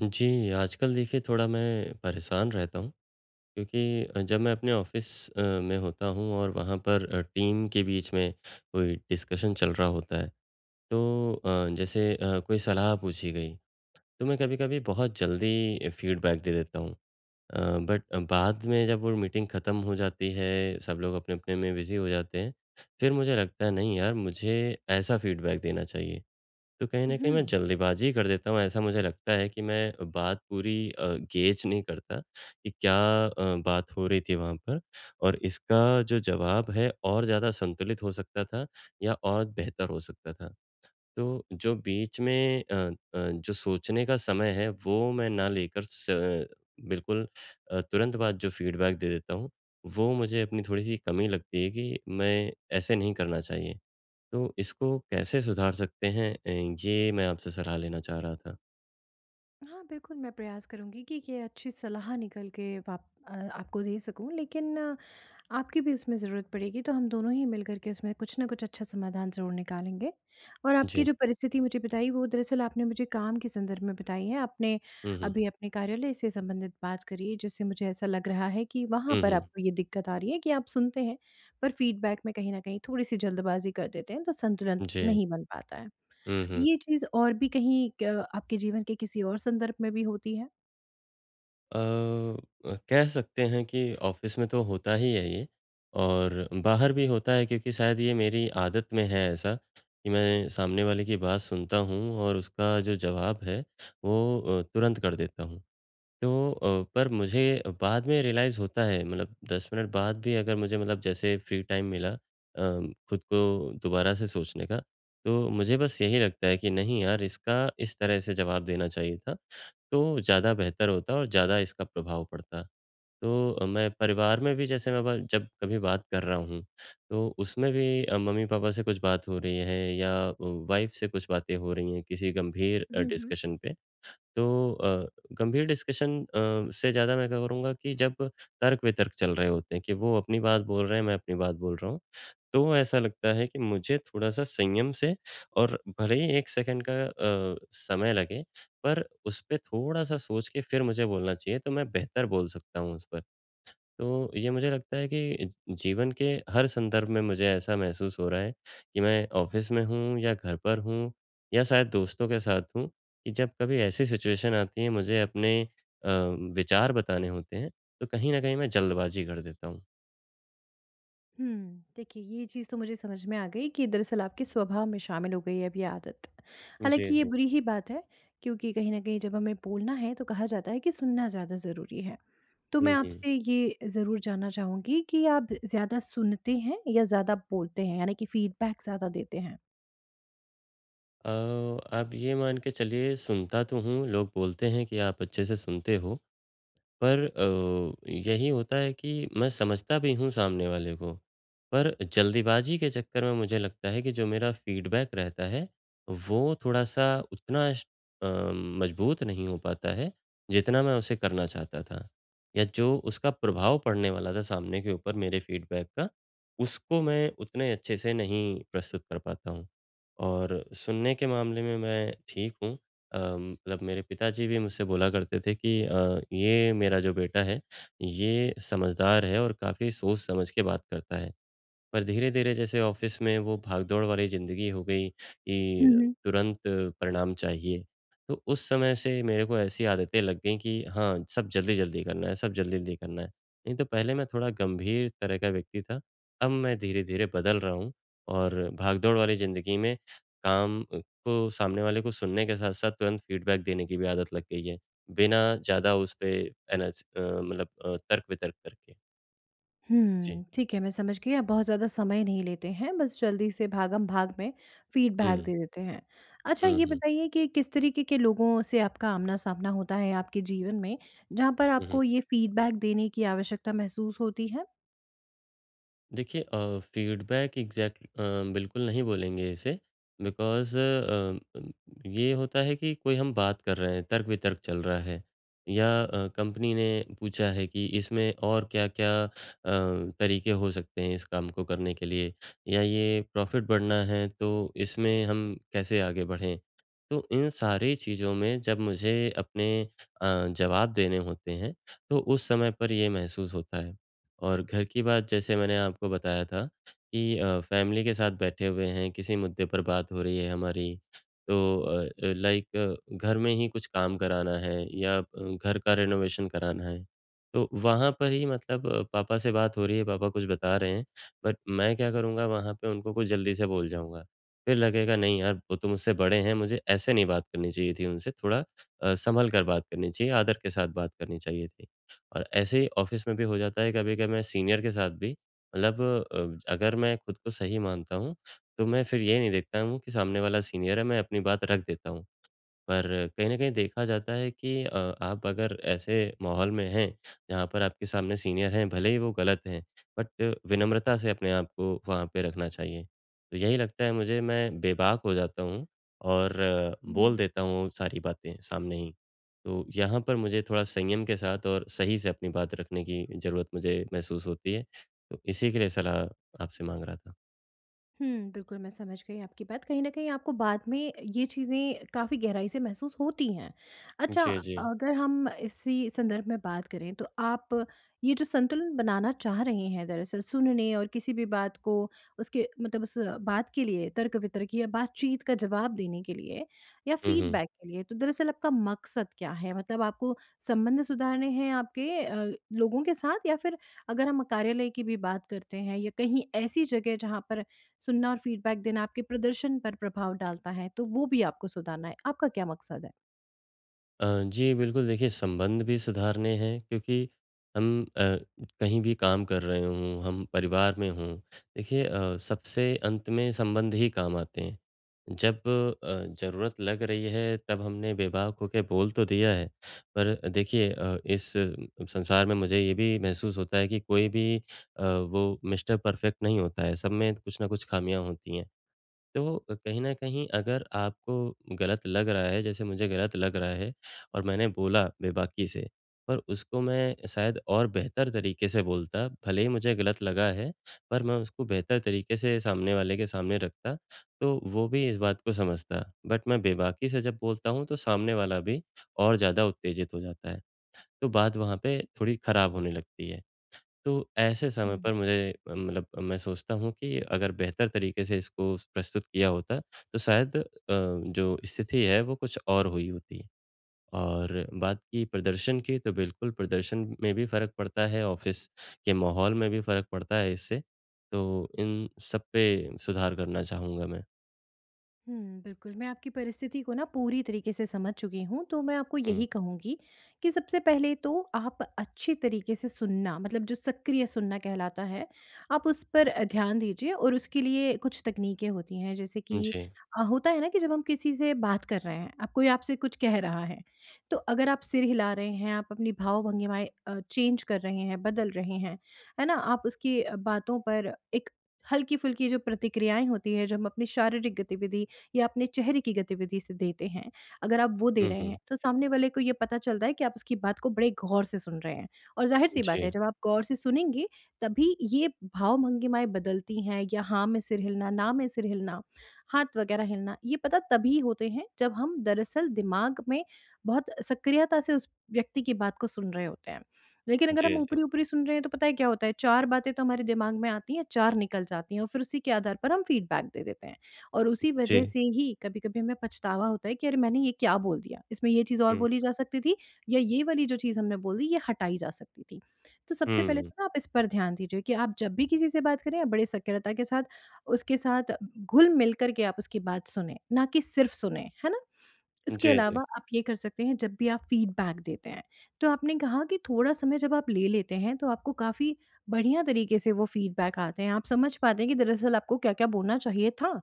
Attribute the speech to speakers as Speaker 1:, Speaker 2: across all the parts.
Speaker 1: जी, आजकल देखिए थोड़ा मैं परेशान रहता हूँ क्योंकि जब मैं अपने ऑफ़िस में होता हूँ और वहाँ पर टीम के बीच में कोई डिस्कशन चल रहा होता है, तो जैसे कोई सलाह पूछी गई, तो मैं कभी-कभी बहुत जल्दी फ़ीडबैक दे देता हूँ। अ, बट बाद में जब वो मीटिंग ख़त्म हो जाती है, सब लोग अपने-अपने में बिज़ी हो जाते हैं, फिर मुझे लगता है नहीं यार, मुझे ऐसा फ़ीडबैक देना चाहिए। तो कहीं न कहीं
Speaker 2: हुँ।
Speaker 1: मैं जल्दबाज़ी कर देता हूँ, ऐसा मुझे लगता है कि मैं बात पूरी गेज नहीं करता कि क्या बात हो रही थी वहाँ पर और इसका जो जवाब है और ज़्यादा संतुलित हो सकता था या और बेहतर हो सकता था। तो जो बीच में जो सोचने का समय है वो मैं ना लेकर स बिल्कुल तुरंत बाद जो फ़ीडबैक दे देता हूँ, वो मुझे अपनी थोड़ी-सी कमी लगती है कि मैं ऐसे नहीं करना चाहिए। तो इसको कैसे सुधार सकते हैं ये मैं आपसे सलाह लेना चाह रहा था।
Speaker 2: हाँ, बिल्कुल, मैं प्रयास करूँगी कि ये अच्छी सलाह निकल के आपको दे सकूँ, लेकिन आपकी भी उसमें ज़रूरत पड़ेगी, तो हम दोनों ही मिलकर के उसमें कुछ ना कुछ अच्छा समाधान ज़रूर निकालेंगे। और आपकी
Speaker 1: जी।
Speaker 2: जो परिस्थिति मुझे बताई, वो दरअसल आपने मुझे काम के संदर्भ में बताई है। आपने
Speaker 1: हुँ, हुँ।
Speaker 2: अभी अपने कार्यालय से संबंधित बात करी है, जिससे मुझे ऐसा लग रहा है कि वहाँ
Speaker 1: हुँ,
Speaker 2: पर
Speaker 1: हुँ।
Speaker 2: आपको ये दिक्कत आ रही है कि आप सुनते हैं, पर फ़ीडबैक में कहीं न कहीं थोड़ी-सी जल्दबाज़ी कर देते हैं, तो संतुलन
Speaker 1: जी।
Speaker 2: नहीं बन पाता है।
Speaker 1: हुँ, हुँ।
Speaker 2: ये चीज़ और भी कहीं क आपके जीवन के किसी और संदर्भ में भी होती है?
Speaker 1: कह सकते हैं कि ऑफ़िस में तो होता ही है ये और बाहर भी होता है क्योंकि शायद ये मेरी आदत में है ऐसा कि मैं सामने वाले की बात सुनता हूँ और उसका जो जवाब है वो तुरंत कर देता हूँ। तो पर मुझे बाद में रियलाइज़ होता है मतलब 10 मिनट बाद भी अगर मुझे मतलब जैसे फ्री टाइम मिला खुद को दोबारा से सोचने का, तो मुझे बस यही लगता है कि नहीं यार इसका इस तरह से जवाब देना चाहिए था, तो ज़्यादा बेहतर होता और ज़्यादा इसका प्रभाव पड़ता। तो मैं परिवार में भी जैसे मैं ब जब कभी बात कर रहा हूँ, तो उसमें भी मम्मी-पापा से कुछ बात हो रही है या वाइफ़ से कुछ बातें हो रही हैं किसी गंभीर
Speaker 2: हुँ, हुँ।
Speaker 1: डिस्कशन पे, तो अ, गंभीर डिस्कशन से ज़्यादा मैं क्या करूँगा कि जब तर्क-वितर्क चल रहे होते हैं कि वो अपनी बात बोल रहे हैं, मैं अपनी बात बोल रहा हूँ, तो ऐसा लगता है कि मुझे थोड़ा-सा संयम से और भले ही 1 सेकंड का समय लगे, पर उस पे थोड़ा-सा सोच के फिर मुझे बोलना चाहिए, तो मैं बेहतर बोल सकता हूँ उस पर। तो ये मुझे लगता है कि जीवन के हर संदर्भ में मुझे ऐसा महसूस हो रहा है कि मैं ऑफिस में हूँ या घर पर हूँ या शायद दोस्तों के साथ हूँ कि जब कभी ऐसी सिचुएशन आती है मुझे अपने विचार बताने होते हैं तो कहीं न कहीं मैं जल्दबाजी कर देता हूँ।
Speaker 2: देखिए ये चीज़ तो मुझे समझ में आ गई कि दरअसल आपके स्वभाव में शामिल हो गई है अब ये आदत।
Speaker 1: जी,
Speaker 2: हालाँकि ये
Speaker 1: जी।
Speaker 2: बुरी ही बात है, क्योंकि कहीं न कहीं जब हमें बोलना है तो कहा जाता है कि सुनना ज़्यादा ज़रूरी है। तो मैं
Speaker 1: हुँ, हुँ।
Speaker 2: आपसे ये ज़रूर जानना चाहूँगी कि आप ज़्यादा सुनते हैं या ज़्यादा बोलते हैं? यानी कि फ़ीडबैक ज़्यादा देते हैं?
Speaker 1: अ, आप ये मान के चलिए सुनता तो हूँ, लोग बोलते हैं कि आप अच्छे से सुनते हो। पर यही होता है कि मैं समझता भी हूँ सामने वाले को, पर जल्दीबाज़ी के चक्कर में मुझे लगता है कि जो मेरा फ़ीडबैक रहता है, वो थोड़ा-सा उतना अ, मज़बूत नहीं हो पाता है, जितना मैं उसे करना चाहता था। या जो उसका प्रभाव पड़ने वाला था सामने के ऊपर मेरे फ़ीडबैक का, उसको मैं उतने अच्छे से नहीं प्रस्तुत कर पाता हूँ। और सुनने के मामले में मैं ठीक हूँ। मतलब मेरे पिताजी भी मुझसे बोला करते थे कि ये मेरा जो बेटा है, ये समझदार है और काफ़ी सोच समझ के बात करता है। पर धीरे-धीरे जैसे ऑफ़िस में वो भागदौड़ वाली ज़िंदगी हो गई कि तुरंत परिणाम चाहिए। तो उस समय से मेरे को ऐसी आदतें लग गई कि हाँ, सब जल्दी-जल्दी करना है, सब जल्दी-जल्दी करना है। नहीं तो पहले मैं थोड़ा गंभीर तरह का व्यक्ति था, अब मैं धीरे-धीरे बदल रहा हूँ और भागदौड़ वाली ज़िंदगी में काम को सामने वाले को सुनने के साथ-साथ तुरंत फ़ीडबैक देने की भी आदत लग गई है, बिना ज़्यादा उस पे मतलब तर्क-वितर्क करके। जी।
Speaker 2: ठीक है, मैं समझ गई, आप बहुत ज़्यादा समय नहीं लेते हैं, बस जल्दी से भागम-भाग में
Speaker 1: हुँ।
Speaker 2: फीडबैक दे देते हैं। अच्छा,
Speaker 1: हुँ,
Speaker 2: ये
Speaker 1: हुँ।
Speaker 2: बताइए कि किस तरीके के लोगों से आपका आमना-सामना होता है आपके जीवन में, जहाँ पर
Speaker 1: हुँ, हुँ।
Speaker 2: आपको ये फीडबैक देने की आवश्यकता महसूस होती
Speaker 1: देखिए फीडबैक बिल्कुल नहीं बोलेंगे इसे बिकॉज़ ये होता है कि कोई हम बात कर रहे हैं, तर्क-वितर्क चल रहा है या कंपनी ने पूछा है कि इसमें और क्या-क्या तरीके हो सकते हैं इस काम को करने के लिए या ये प्रॉफ़िट बढ़ना है तो इसमें हम कैसे आगे बढ़ें? तो इन सारी चीज़ों में जब मुझे अपने जवाब देने होते हैं, तो उस समय पर ये महसूस होता है। और घर की बात जैसे मैंने आपको बताया था कि फैमिली के साथ बैठे हुए हैं, किसी मुद्दे पर बात हो रही है हमारी, तो लाइक घर में ही कुछ काम कराना है या घर का रेनोवेशन कराना है, तो वहाँ पर ही मतलब पापा से बात हो रही है, पापा कुछ बता रहे हैं, बट मैं क्या करूँगा वहाँ पे उनको कुछ जल्दी से बोल जाऊँगा। फिर लगेगा नहीं यार, वो तो मुझसे बड़े हैं, मुझे ऐसे नहीं बात करनी चाहिए थी उनसे, थोड़ा सँभल कर बात करनी चाहिए, आदर के साथ बात करनी चाहिए थी। और ऐसे ही ऑफिस में भी हो जाता है कभी-कभी मैं सीनियर के साथ भी मतलब अगर मैं खुद को सही मानता हूँ, तो मैं फिर ये नहीं देखता हूँ कि सामने वाला सीनियर है, मैं अपनी बात रख देता हूँ। पर कहीं न कहीं देखा जाता है कि आप अगर ऐसे माहौल में हैं, जहाँ पर आपके सामने सीनियर हैं, भले ही वो गलत हैं, बट विनम्रता से अपने आप को वहाँ पे रखना चाहिए। तो यही लगता है मुझे, मैं बेबाक हो जाता हूँ और
Speaker 2: है?
Speaker 1: बोल देता हूँ सारी बातें सामने ही। तो यहाँ पर मुझे थोड़ा संयम के साथ और सही से अपनी बात रखने की ज़रूरत मुझे महसूस होती है। तो इसी के लिए सलाह आपसे माँग रहा था।
Speaker 2: बिल्कुल, मैं समझ गई आपकी बात। कहीं न कहीं आपको बाद में ये चीज़ें काफ़ी गहराई से महसूस होती हैं। अच्छा,
Speaker 1: जी, जी।
Speaker 2: अगर हम इसी संदर्भ में बात करें तो आप ये जो संतुलन बनाना चाह रहे हैं, दरअसल सुनने और किसी भी बात को, उसके मतलब उस बात के लिए तर्क-वितर्क या बातचीत का जवाब देने के लिए या
Speaker 1: हुँ, हुँ।
Speaker 2: फ़ीडबैक के लिए, तो दरअसल आपका मकसद क्या है? मतलब आपको संबंध सुधारने हैं आपके लोगों के साथ, या फिर अगर हम कार्यालय की भी बात करते हैं या कहीं ऐसी जगह जहाँ पर सुनना और फीडबैक देना आपके प्रदर्शन पर प्रभाव डालता है, तो वो भी आपको सुधारना है। आपका क्या मकसद है?
Speaker 1: जी, बिल्कुल देखिए संबंध भी सुधारने हैं क्योंकि हम अ, कहीं भी काम कर रहे हों, हम परिवार में हों, देखिए सबसे अंत में संबंध ही काम आते हैं। जब ज़रूरत लग रही है तब हमने बेबाक होके बोल तो दिया है, पर देखिए इस संसार में मुझे ये भी महसूस होता है कि कोई भी वो मिस्टर परफेक्ट नहीं होता है, सब में कुछ ना कुछ खामियाँ होती हैं। तो कहीं न कहीं अगर आपको गलत लग रहा है, जैसे मुझे गलत लग रहा है और मैंने बोला बेबाकी से, पर उसको मैं शायद और बेहतर तरीके से बोलता, भले ही मुझे गलत लगा है, पर मैं उसको बेहतर तरीके से सामने वाले के सामने रखता, तो वो भी इस बात को समझता। बट मैं बेबाकी से जब बोलता हूँ, तो सामने वाला भी और ज़्यादा उत्तेजित हो जाता है, तो बात वहाँ पे थोड़ी खराब होने लगती है। तो ऐसे समय
Speaker 2: हुँ।
Speaker 1: पर मुझे मतलब मैं सोचता हूँ कि अगर बेहतर तरीके से इसको प्रस्तुत किया होता तो शायद जो स्थिति है वो कुछ और हुई होती। और बात की प्रदर्शन की तो बिल्कुल प्रदर्शन में भी फ़र्क पड़ता है, ऑफ़िस के माहौल में भी फ़र्क पड़ता है इससे। तो इन सब पे सुधार करना चाहूँगा मैं।
Speaker 2: बिल्कुल, मैं आपकी परिस्थिति को ना पूरी तरीके से समझ चुकी हूँ, तो मैं आपको
Speaker 1: हुँ,
Speaker 2: यही कहूँगी कि सबसे पहले तो आप अच्छी तरीके से सुनना, मतलब जो सक्रिय सुनना कहलाता है, आप उस पर ध्यान दीजिए। और उसके लिए कुछ तकनीकें होती हैं, जैसे कि
Speaker 1: जी।
Speaker 2: होता है ना कि जब हम किसी से बात कर रहे हैं, अब कोई आपसे कुछ कह रहा है, तो अगर आप सिर हिला रहे हैं, आप अपनी भाव-भंगिमाएँ चेंज कर रहे हैं, बदल रहे हैं, है ना? आप उसकी बातों पर एक हल्की-फुल्की जो प्रतिक्रियाएँ होती हैं, जो हम अपनी शारीरिक गतिविधि या अपने चेहरे की गतिविधि से देते हैं, अगर आप वो दे
Speaker 1: हुँ,
Speaker 2: रहे हैं,
Speaker 1: हुँ।
Speaker 2: तो सामने वाले को ये पता चलता है कि आप उसकी बात को बड़े गौर से सुन रहे हैं। और ज़ाहिर-सी बात है,
Speaker 1: जी।
Speaker 2: जब आप गौर से सुनेंगे, तभी ये भाव-भंगिमाएँ बदलती हैं या हाँ में सिर हिलना, ना में सिर हिलना, हाथ वगैरह हिलना, ये पता तभी होते हैं, जब हम दरअसल दिमाग में बहुत सक्रियता से उस व्यक्ति की बात को सुन रहे होते हैं। लेकिन अगर हम
Speaker 1: जी, जी।
Speaker 2: ऊपरी-ऊपरी सुन रहे हैं, तो पता है क्या होता है, 4 बातें तो हमारे दिमाग में आती हैं, 4 निकल जाती हैं और फिर उसी के आधार पर हम फ़ीडबैक दे देते हैं। और उसी वजह
Speaker 1: जी।
Speaker 2: से ही कभी-कभी हमें पछतावा होता है कि अरे, मैंने ये क्या बोल दिया, इसमें ये चीज़ और
Speaker 1: हुँ,
Speaker 2: बोली जा सकती थी, या ये वाली जो चीज़ हमने बोल दी, ये हटाई जा सकती थी। तो सबसे पहले
Speaker 1: हुँ।
Speaker 2: तो ना आप इस पर ध्यान दीजिए कि आप जब भी किसी से बात करें, आप बड़े सक्रियता के साथ उसके साथ घुल-मिल कर के आप उसकी बात सुनें, ना कि सिर्फ़ सुनें, है ना? इसके
Speaker 1: जी,
Speaker 2: अलावा
Speaker 1: जी।
Speaker 2: आप ये कर सकते हैं, जब भी आप फीडबैक देते हैं, तो आपने कहा कि थोड़ा समय जब आप ले लेते हैं, तो आपको काफ़ी बढ़िया तरीके से वो फीडबैक आते हैं। आप समझ पाते हैं कि दरअसल आपको क्या-क्या बोलना चाहिए था।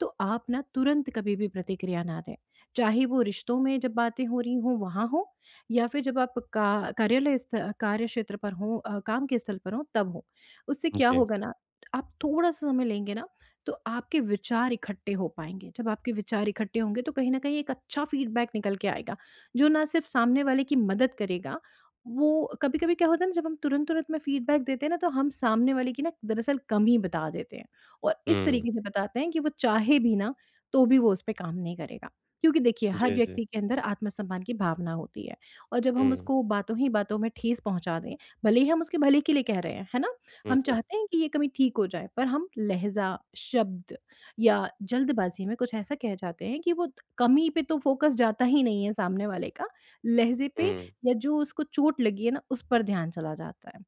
Speaker 2: तो आप ना तुरंत कभी भी प्रतिक्रिया ना दें, चाहे वो रिश्तों में जब बातें हो रही हों वहाँ हो, या फिर जब आप का कार्यालय स्थ कार्य क्षेत्र पर हों, काम के स्थल पर हों, तब हो। उससे क्या
Speaker 1: जी।
Speaker 2: होगा ना, आप थोड़ा-सा समय लेंगे ना, तो आपके विचार इकट्ठे हो पाएँगे। जब आपके विचार इकट्ठे होंगे, तो कहीं न कहीं एक अच्छा फ़ीडबैक निकल के आएगा, जो ना सिर्फ़ सामने वाले की मदद करेगा, वो कभी-कभी क्या होता है ना, जब हम तुरंत-तुरंत में फ़ीडबैक देते हैं ना, तो हम सामने वाले की ना दरअसल कमी बता देते हैं और इस
Speaker 1: हुँ।
Speaker 2: तरीके से बताते हैं कि वो चाहे भी ना, तो भी वो उस पे काम नहीं करेगा। क्योंकि देखिए, हर
Speaker 1: जी, जी।
Speaker 2: व्यक्ति के अंदर आत्मसम्मान की भावना होती है, और जब हम
Speaker 1: हुँ।
Speaker 2: उसको बातों ही बातों में ठेस पहुँचा दें, भले ही हम उसके भले के लिए कह रहे हैं, है ना?
Speaker 1: हुँ,
Speaker 2: हम
Speaker 1: हुँ,
Speaker 2: चाहते हैं कि ये कमी ठीक हो जाए, पर हम लहज़ा, शब्द या जल्दबाज़ी में कुछ ऐसा कह जाते हैं कि वो कमी पे तो फ़ोकस जाता ही नहीं है सामने वाले का, लहज़े पे
Speaker 1: हुँ।
Speaker 2: या जो उसको चोट लगी है ना, उस पर ध्यान चला जाता है।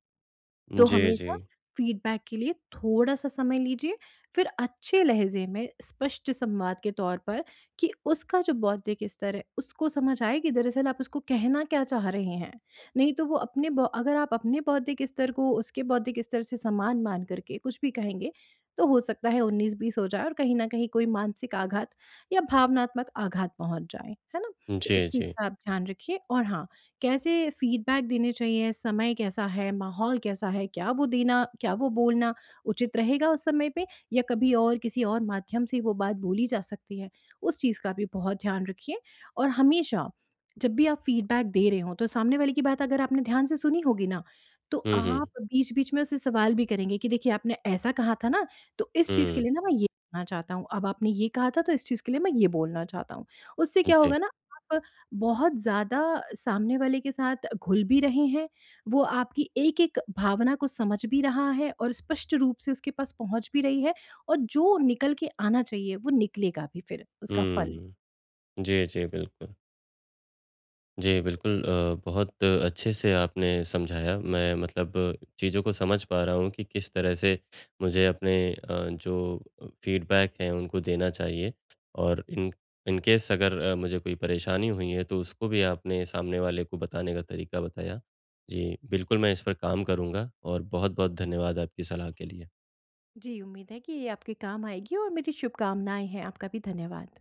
Speaker 2: तो
Speaker 1: जी, जी।
Speaker 2: हमेशा फीडबैक के लिए थोड़ा-सा समय लीजिए, फिर अच्छे लहज़े में स्पष्ट संवाद के तौर पर, कि उसका जो बौद्धिक स्तर है, उसको समझ आए कि दरअसल आप उसको कहना क्या चाह रहे हैं। नहीं तो वो अपने बौ अगर आप अपने बौद्धिक स्तर को उसके बौद्धिक स्तर से समान मान करके कुछ भी कहेंगे, तो हो सकता है 19-20 हो जाए और कहीं न कहीं कोई मानसिक आघात या भावनात्मक आघात पहुँच जाए। है ना? तो इस
Speaker 1: जी,
Speaker 2: चीज़
Speaker 1: जी।
Speaker 2: का आप ध्यान रखिए। और हाँ, कैसे फीडबैक देने चाहिए, समय कैसा है, माहौल कैसा है, क्या वो देना, क्या वो बोलना उचित रहेगा उस समय पे, या कभी और किसी और माध्यम से वो बात बोली जा सकती है, उस चीज़ का भी बहुत ध्यान रखिए। और हमेशा जब भी आप फीडबैक दे रहे हों, तो सामने वाले की बात अगर आपने ध्यान से सुनी होगी ना, तो
Speaker 1: हुँ, हुँ।
Speaker 2: आप बीच-बीच में उससे सवाल भी करेंगे कि देखिए, आपने ऐसा कहा था ना, तो इस चीज़ के
Speaker 1: हुँ,
Speaker 2: लिए ना मैं ये करना चाहता हूँ, अब आपने ये कहा था, तो इस चीज़ के लिए मैं ये बोलना चाहता हूँ। उससे क्या
Speaker 1: जी।
Speaker 2: होगा ना, आप बहुत ज़्यादा सामने वाले के साथ घुल भी रहे हैं, वो आपकी एक-एक भावना को समझ भी रहा है और स्पष्ट रूप से उसके पास पहुँच भी रही है, और जो निकल के आना चाहिए, वो निकलेगा भी फिर उसका फल।
Speaker 1: हुँ। जी, जी, बिल्कुल। जी, बिल्कुल बहुत अच्छे से आपने समझाया। मैं मतलब चीज़ों को समझ पा रहा हूँ कि किस तरह से मुझे अपने जो फ़ीडबैक हैं उनको देना चाहिए और इन इन केस अगर मुझे कोई परेशानी हुई है तो उसको भी आपने सामने वाले को बताने का तरीका बताया। जी, बिल्कुल मैं इस पर काम करूँगा और बहुत-बहुत धन्यवाद आपकी सलाह के लिए।
Speaker 2: जी, उम्मीद है कि ये आपके काम आएगी और मेरी शुभकामनाएँ हैं। आपका भी धन्यवाद।